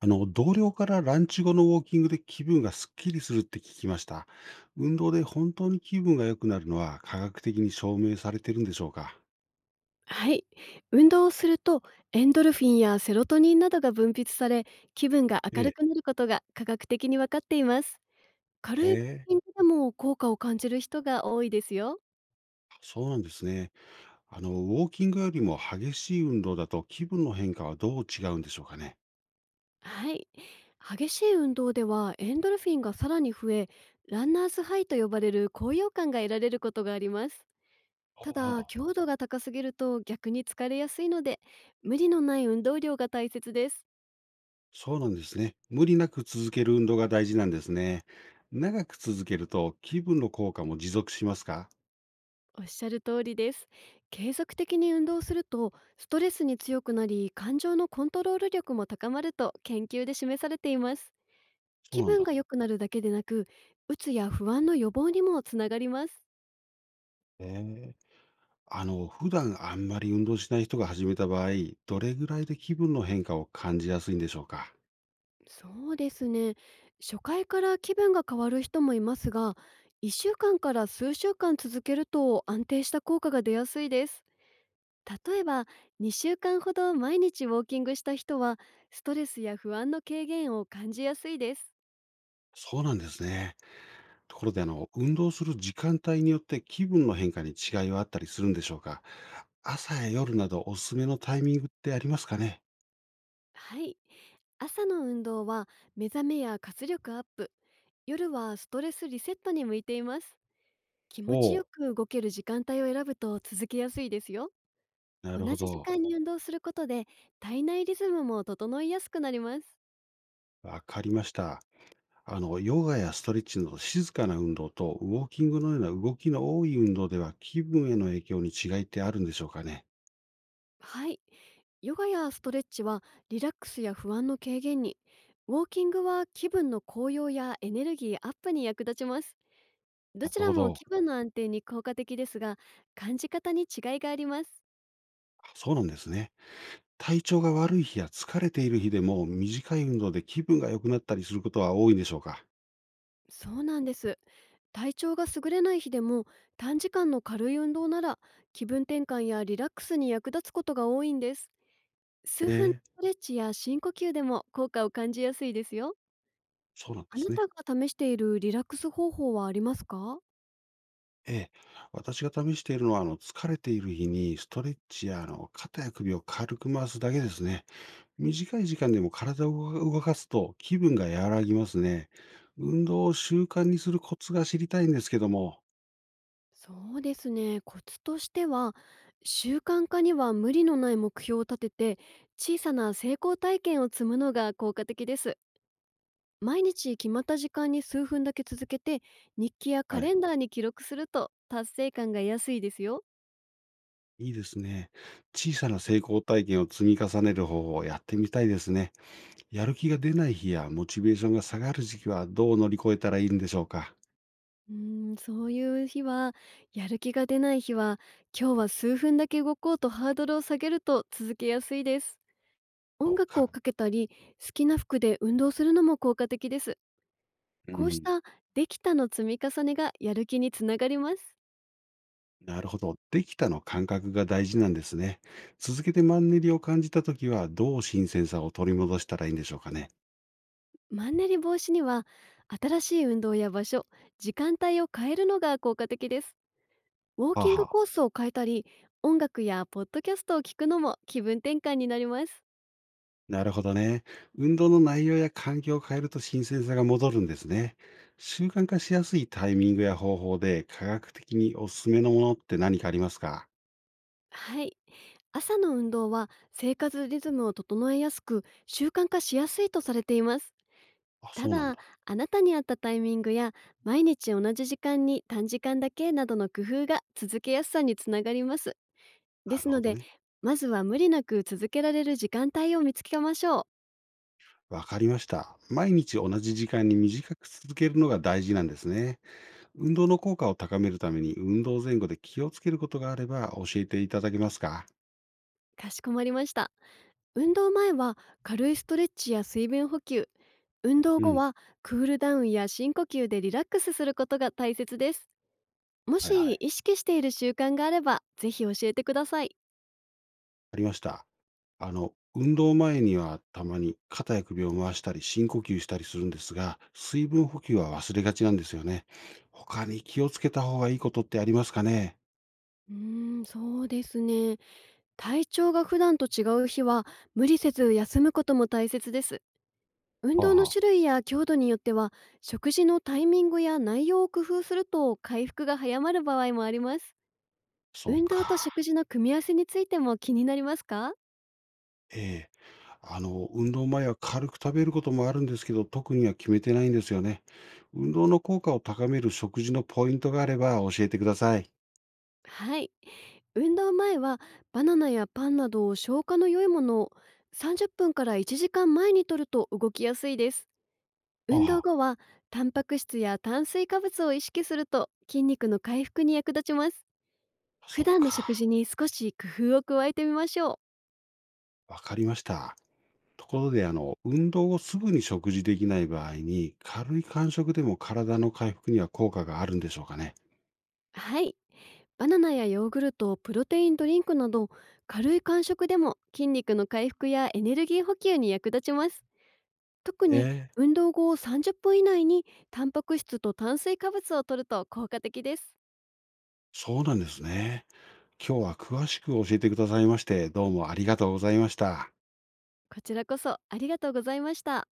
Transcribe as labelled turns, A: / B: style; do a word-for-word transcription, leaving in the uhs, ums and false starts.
A: あの、同僚からランチ後のウォーキングで気分がすっきりするって聞きました。運動で本当に気分が良くなるのは科学的に証明されてるんでしょうか？
B: はい。運動をすると、エンドルフィンやセロトニンなどが分泌され、気分が
A: え
B: 明る
A: え。
B: くなることが科学的に分かっています。
A: へ
B: 軽い
A: え、
B: 筋トレでも効果を感じる人が多いですよ。
A: そうなんですね。あの、ウォーキングよりも激しい運動だと気分の変化はどう違うんでしょうかね？
B: はい。激しい運動ではエンドルフィンがさらに増え、ランナーズハイと呼ばれる高揚感が得られることがあります。
A: ああ、
B: た
A: ほうほ
B: だ、
A: う。
B: 強度が高すぎると逆に疲れやすいので、無理のない運動量が大切です。
A: そうなんですね。無理なく続ける運動が大事なんですね。長く続けると気分の効果も持続しますか？
B: おっしゃる通りです。継続的に運動すると、ストレスに強くなり感情のコントロール力も高まると研究で示されています。
A: そう
B: 気
A: なん
B: 分
A: だ。
B: が良くなるだけでなく、うつや不安の予防にもつながります。
A: へえ。あの、普段あんまり運動しない人が始めた場合、どれぐらいで気分の変化を感じやすいんでしょうか？
B: そうですね。初回から気分が変わる人もいますが、いっしゅうかんから数週間続けると安定した効果が出やすいです。例えば、にしゅうかんほど毎日ウォーキングした人は、ストレスや不安の軽減を感じやすいです。
A: そうなんですね。ところで、あの、運動する時間帯によって気分の変化に違いはあったりするんでしょうか？朝や夜などおすすめのタイミングってありますかね？
B: はい。朝の運動は目覚めや活力アップ、夜はストレスリセットに向いています。気
A: お
B: 持ちよ
A: お、
B: く動ける時間帯を選ぶと続けやすいですよ。
A: な
B: 同
A: るほ
B: じ時
A: ど。
B: 間に運動することで、体内リズムも整いやすくなります。
A: わかりました。あの、ヨガやストレッチなど静かな運動とウォーキングのような動きの多い運動では気分への影響に違いってあるんでしょうかね？
B: はい。ヨガやストレッチはリラックスや不安の軽減に、ウォーキングは気分の高揚やエネルギーアップに役立ちます。ど
A: な
B: ち
A: る
B: ら
A: ほ
B: も
A: ど。
B: 気分の安定に効果的ですが、感じ方に違いがあります。
A: あ、そうなんですね。体調が悪い日や疲れている日でも、短い運動で気分が良くなったりすることは多いんでしょうか？
B: そうなんです。体調が優れない日でも、短時間の軽い運動なら気分転換やリラックスに役立つことが多いんです。
A: え
B: 数分の
A: え、
B: ストレッチや深呼吸でも効果を感じやすいですよ。
A: そうなんで
B: あな
A: すね。
B: たが試しているリラックス方法はありますか？
A: ええ。私が試しているのは、あの、疲れている日にストレッチや、あの、肩や首を軽く回すだけですね。短い時間でも体を動動かすと気分が和らぎますね。運動を習慣にするコツが知りたいんですけども。
B: そうですね。コツとしては、習慣化には無理のない目標を立てて小さな成功体験を積むのが効果的です。毎日決まった時間に数分だけ続けて、日記やカ
A: は
B: レ
A: い、
B: ンダーに記録すると達成感が安いですよ。
A: いいですね。小さな成功体験を積み重ねる方法をやってみたいですね。やる気が出ない日やモチベーションが下がる時期はどう乗り越えたらいいんでしょうか？
B: うーんそういう日は、やる気が出ない日は今日は数分だけ動こうとハードルを下げると続けやすいです。音
A: と
B: 楽を
A: か、
B: かけたり、好きな服で運動するのも効果的です。
A: う
B: こうし
A: ん、
B: た、できたの積み重ねがやる気につながります。
A: なるほど。できたの感覚が大事なんですね。続けてマンネリを感じたときは、どう新鮮さを取り戻したらいいんでしょうかね。
B: マンネリ防止には、新しい運動や場所、時間帯を変えるのが効果的です。ウォー
A: はあ、
B: キン
A: は
B: グ
A: あ、
B: コースを変えたり、音楽やポッドキャストを聞くのも気分転換になります。
A: なるほどね。運動の内容や環境を変えると新鮮さが戻るんですね。習慣化しやすいタイミングや方法で科学的におすすめのものって何かありますか？
B: はい。朝の運動は生活リズムを整えやすく、習慣化しやすいとされています。
A: あ、
B: た
A: そうなん
B: だ、
A: だ。
B: あなたに合ったタイミングや、毎日同じ時間に短時間だけなどの工夫が続けやすさにつながります。で
A: な
B: す
A: るほ
B: の
A: ど
B: で、
A: ね。
B: まずは無理なく続けられる時間帯を見つけましょう。
A: わかりました。毎日同じ時間に短く続けるのが大事なんですね。運動の効果を高めるために運動前後で気をつけることがあれば教えていただけますか？
B: かしこまりました。運動前は軽いストレッチや水分補給、運動
A: う
B: 後
A: ん。
B: はクールダウンや深呼吸でリラックスすることが大切です。も
A: はいは
B: し
A: い。
B: 意識している習慣があれば、ぜひ教えてください。
A: ありました。あの、運動前にはたまに肩や首を回したり深呼吸したりするんですが、水分補給は忘れがちなんですよね。他に気をつけた方がいいことってありますかね？
B: うーんそうですね。体調が普段と違う日は無理せず休むことも大切です。運
A: はあ
B: 動の
A: はあ。
B: 種類や強度によっては、食事のタイミングや内容を工夫すると回復が早まる場合もあります。
A: そう
B: 運動と
A: か。
B: 食事の組み合わせについても気になりますか？
A: ええ。あの、運動前は軽く食べることもあるんですけど、特には決めてないんですよね。運動の効果を高める食事のポイントがあれば教えてください。
B: はい。運動前はバナナやパンなどを消化の良いものを、さんじゅっぷんからいちじかんまえに摂ると動きやすいです。運動
A: あ
B: 後はタンパク質や炭水化物を意識すると筋肉の回復に役立ちます。
A: あ、
B: 普
A: そう
B: 段の食
A: か。
B: 事に少し工夫を加えてみましょう。
A: わかりました。ところで、あの、運動をすぐに食事できない場合に、軽い間食でも体の回復には効果があるんでしょうかね。
B: はい。バナナやヨーグルト、プロテインドリンクなど軽い間食でも筋肉の回復やエネルギー補給に役立ちます。特
A: え
B: に
A: え、
B: 運動後さんじゅっぷん以内にタンパク質と炭水化物を摂ると効果的です。
A: そうなんですね。今日は詳しく教えてくださいまして、どうもありがとうございました。
B: こちらこそありがとうございました。